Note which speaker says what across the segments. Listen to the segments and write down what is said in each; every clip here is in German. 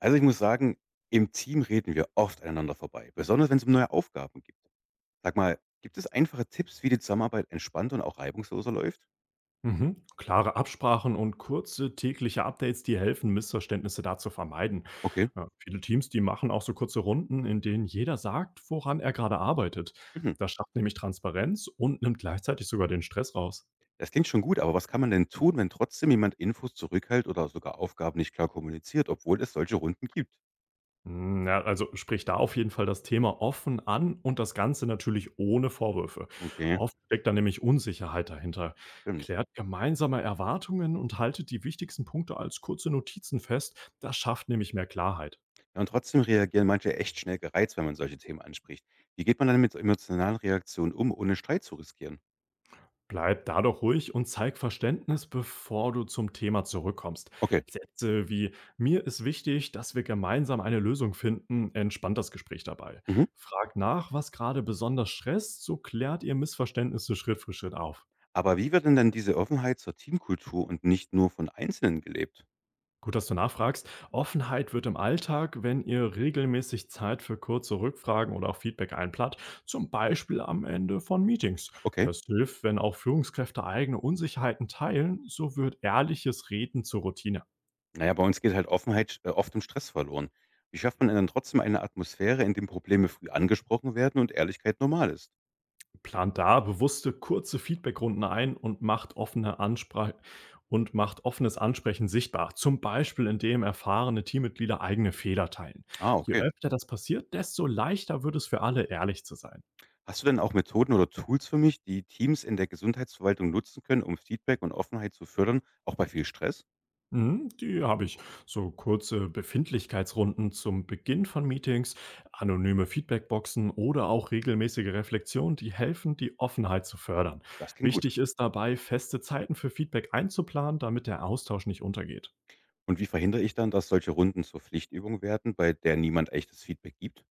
Speaker 1: Also, ich muss sagen, im Team reden wir oft aneinander vorbei, besonders wenn es um neue Aufgaben gibt. Sag mal, gibt es einfache Tipps, wie die Zusammenarbeit entspannter und auch reibungsloser läuft?
Speaker 2: Mhm. Klare Absprachen und kurze tägliche Updates, die helfen, Missverständnisse da zu vermeiden.
Speaker 1: Okay.
Speaker 2: Ja, viele Teams, die machen auch so kurze Runden, in denen jeder sagt, woran er gerade arbeitet.
Speaker 1: Mhm.
Speaker 2: Das schafft nämlich Transparenz und nimmt gleichzeitig sogar den Stress raus.
Speaker 1: Das klingt schon gut, aber was kann man denn tun, wenn trotzdem jemand Infos zurückhält oder sogar Aufgaben nicht klar kommuniziert, obwohl es solche Runden gibt?
Speaker 2: Ja, also sprich da auf jeden Fall das Thema offen an und das Ganze natürlich ohne Vorwürfe.
Speaker 1: Okay,
Speaker 2: Oft steckt da nämlich Unsicherheit dahinter.
Speaker 1: stimmt.
Speaker 2: Klärt gemeinsame Erwartungen und haltet die wichtigsten Punkte als kurze Notizen fest. Das schafft nämlich mehr Klarheit.
Speaker 1: Ja, und trotzdem reagieren manche echt schnell gereizt, wenn man solche Themen anspricht. Wie geht man dann mit so emotionalen Reaktionen um, ohne Streit zu riskieren?
Speaker 2: Bleib da doch ruhig und zeig Verständnis, bevor du zum Thema zurückkommst.
Speaker 1: Okay.
Speaker 2: Sätze wie „Mir ist wichtig, dass wir gemeinsam eine Lösung finden“ entspannt das Gespräch dabei.
Speaker 1: Mhm.
Speaker 2: Frag nach, was gerade besonders stresst, so klärt ihr Missverständnisse Schritt für Schritt auf.
Speaker 1: Aber wie wird denn dann diese Offenheit zur Teamkultur und nicht nur von Einzelnen gelebt?
Speaker 2: Gut, dass du nachfragst. Offenheit wird im Alltag, wenn ihr regelmäßig Zeit für kurze Rückfragen oder auch Feedback einplant, zum Beispiel am Ende von Meetings.
Speaker 1: Okay.
Speaker 2: Das hilft, wenn auch Führungskräfte eigene Unsicherheiten teilen, so wird ehrliches Reden zur Routine.
Speaker 1: Na ja, bei uns geht halt Offenheit oft im Stress verloren. Wie schafft man denn dann trotzdem eine Atmosphäre, in dem Probleme früh angesprochen werden und Ehrlichkeit normal ist?
Speaker 2: Plant da bewusste kurze Feedbackrunden ein und macht offene Ansprach und macht offenes Ansprechen sichtbar, zum Beispiel indem erfahrene Teammitglieder eigene Fehler teilen.
Speaker 1: Ah,
Speaker 2: Je
Speaker 1: okay.
Speaker 2: öfter das passiert, desto leichter wird es für alle, ehrlich zu sein.
Speaker 1: Hast du denn auch Methoden oder Tools für mich, die Teams in der Gesundheitsverwaltung nutzen können, um Feedback und Offenheit zu fördern, auch bei viel Stress?
Speaker 2: Mhm, die habe ich. So kurze Befindlichkeitsrunden zum Beginn von Meetings, anonyme Feedbackboxen oder auch regelmäßige Reflexion, die helfen, die Offenheit zu fördern.
Speaker 1: Das klingt gut.
Speaker 2: Wichtig ist dabei, feste Zeiten für Feedback einzuplanen, damit der Austausch nicht untergeht.
Speaker 1: Und wie verhindere ich dann, dass solche Runden zur Pflichtübung werden, bei der niemand echtes Feedback gibt?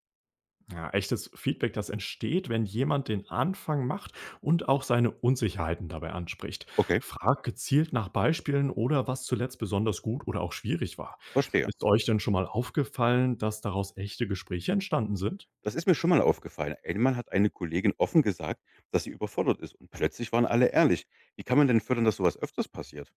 Speaker 2: Ja, echtes Feedback, das entsteht, wenn jemand den Anfang macht und auch seine Unsicherheiten dabei anspricht.
Speaker 1: Okay,
Speaker 2: Frag gezielt nach Beispielen oder was zuletzt besonders gut oder auch schwierig war.
Speaker 1: verstehe.
Speaker 2: Ist euch denn schon mal aufgefallen, dass daraus echte Gespräche entstanden sind?
Speaker 1: Das ist mir schon mal aufgefallen. Einmal hat eine Kollegin offen gesagt, dass sie überfordert ist und plötzlich waren alle ehrlich. Wie kann man denn fördern, dass sowas öfters passiert?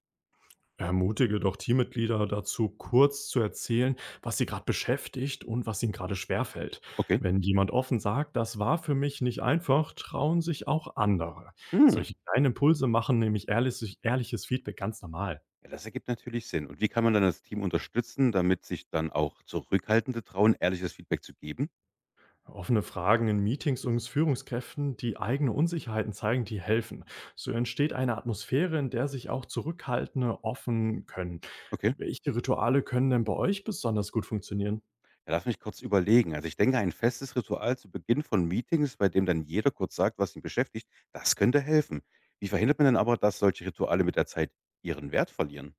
Speaker 2: Ermutige doch Teammitglieder dazu, kurz zu erzählen, was sie gerade beschäftigt und was ihnen gerade schwerfällt.
Speaker 1: Okay.
Speaker 2: Wenn jemand offen sagt, das war für mich nicht einfach, trauen sich auch andere.
Speaker 1: Hm.
Speaker 2: Solche kleinen Impulse machen nämlich ehrliches Feedback ganz normal.
Speaker 1: Ja, das ergibt natürlich Sinn. Und wie kann man dann das Team unterstützen, damit sich dann auch Zurückhaltende trauen, ehrliches Feedback zu geben?
Speaker 2: Offene Fragen in Meetings und Führungskräften, die eigene Unsicherheiten zeigen, die helfen. So entsteht eine Atmosphäre, in der sich auch Zurückhaltende offen können.
Speaker 1: Okay.
Speaker 2: Welche Rituale können denn bei euch besonders gut funktionieren?
Speaker 1: Ja, lass mich kurz überlegen. Also ich denke, ein festes Ritual zu Beginn von Meetings, bei dem dann jeder kurz sagt, was ihn beschäftigt, das könnte helfen. Wie verhindert man denn aber, dass solche Rituale mit der Zeit ihren Wert verlieren?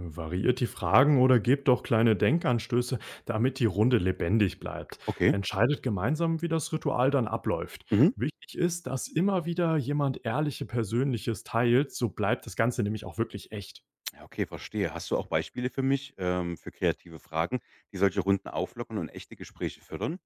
Speaker 2: Variiert die Fragen oder gebt doch kleine Denkanstöße, damit die Runde lebendig bleibt.
Speaker 1: Okay.
Speaker 2: Entscheidet gemeinsam, wie das Ritual dann abläuft.
Speaker 1: Mhm.
Speaker 2: Wichtig ist, dass immer wieder jemand ehrliche Persönliches teilt, so bleibt das Ganze nämlich auch wirklich echt.
Speaker 1: Ja, okay, verstehe. Hast du auch Beispiele für mich, für kreative Fragen, die solche Runden auflockern und echte Gespräche fördern?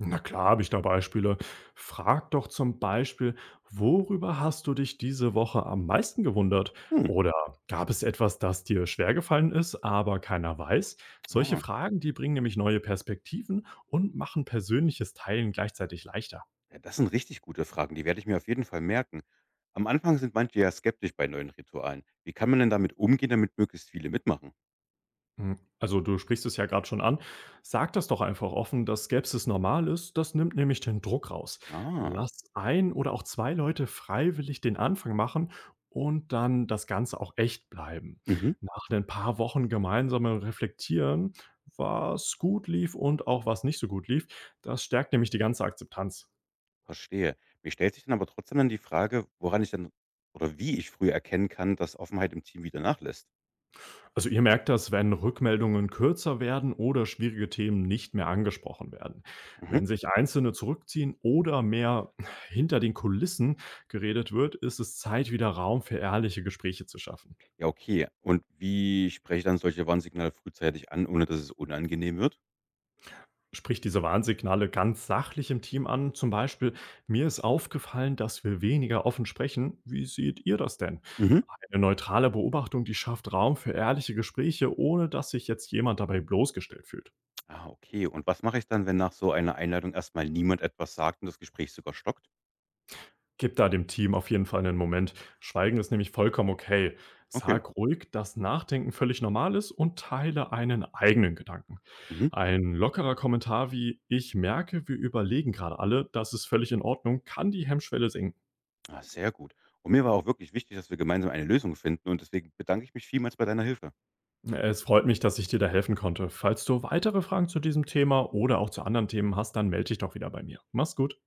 Speaker 2: Na klar, habe ich da Beispiele. Frag doch zum Beispiel, worüber hast du dich diese Woche am meisten gewundert?
Speaker 1: Hm.
Speaker 2: Oder gab es etwas, das dir schwergefallen ist, aber keiner weiß? Solche
Speaker 1: Ah.
Speaker 2: Fragen, die bringen nämlich neue Perspektiven und machen persönliches Teilen gleichzeitig leichter.
Speaker 1: Ja, das sind richtig gute Fragen, die werde ich mir auf jeden Fall merken. Am Anfang sind manche ja skeptisch bei neuen Ritualen. Wie kann man denn damit umgehen, damit möglichst viele mitmachen?
Speaker 2: Hm, also, du sprichst es ja gerade schon an. Sag das doch einfach offen, dass Skepsis normal ist. Das nimmt nämlich den Druck raus.
Speaker 1: Ah,
Speaker 2: Lass ein oder auch 2 Leute freiwillig den Anfang machen und dann das Ganze auch echt bleiben.
Speaker 1: mhm,
Speaker 2: Nach den paar Wochen gemeinsamem Reflektieren, was gut lief und auch was nicht so gut lief, das stärkt nämlich die ganze Akzeptanz.
Speaker 1: verstehe. Mir stellt sich dann aber trotzdem dann die Frage, woran ich dann oder wie ich früher erkennen kann, dass Offenheit im Team wieder nachlässt.
Speaker 2: Also ihr merkt das, wenn Rückmeldungen kürzer werden oder schwierige Themen nicht mehr angesprochen werden.
Speaker 1: Mhm.
Speaker 2: Wenn sich Einzelne zurückziehen oder mehr hinter den Kulissen geredet wird, ist es Zeit, wieder Raum für ehrliche Gespräche zu schaffen.
Speaker 1: Ja, okay. Und wie spreche ich dann solche Warnsignale frühzeitig an, ohne dass es unangenehm wird?
Speaker 2: Sprich diese Warnsignale ganz sachlich im Team an. Zum Beispiel, mir ist aufgefallen, dass wir weniger offen sprechen. Wie seht ihr das denn?
Speaker 1: Mhm.
Speaker 2: Eine neutrale Beobachtung, die schafft Raum für ehrliche Gespräche, ohne dass sich jetzt jemand dabei bloßgestellt fühlt.
Speaker 1: Ah, okay. Und was mache ich dann, wenn nach so einer Einladung erstmal niemand etwas sagt und das Gespräch sogar stockt?
Speaker 2: Gib da dem Team auf jeden Fall einen Moment. Schweigen ist nämlich vollkommen okay.
Speaker 1: Okay.
Speaker 2: Sag ruhig, dass Nachdenken völlig normal ist und teile einen eigenen Gedanken.
Speaker 1: Mhm.
Speaker 2: Ein lockerer Kommentar wie: „Ich merke, wir überlegen gerade alle. Das ist völlig in Ordnung“, kann die Hemmschwelle senken.
Speaker 1: Ah, sehr gut. Und mir war auch wirklich wichtig, dass wir gemeinsam eine Lösung finden und deswegen bedanke ich mich vielmals bei deiner Hilfe.
Speaker 2: Es freut mich, dass ich dir da helfen konnte. Falls du weitere Fragen zu diesem Thema oder auch zu anderen Themen hast, dann melde dich doch wieder bei mir. Mach's gut.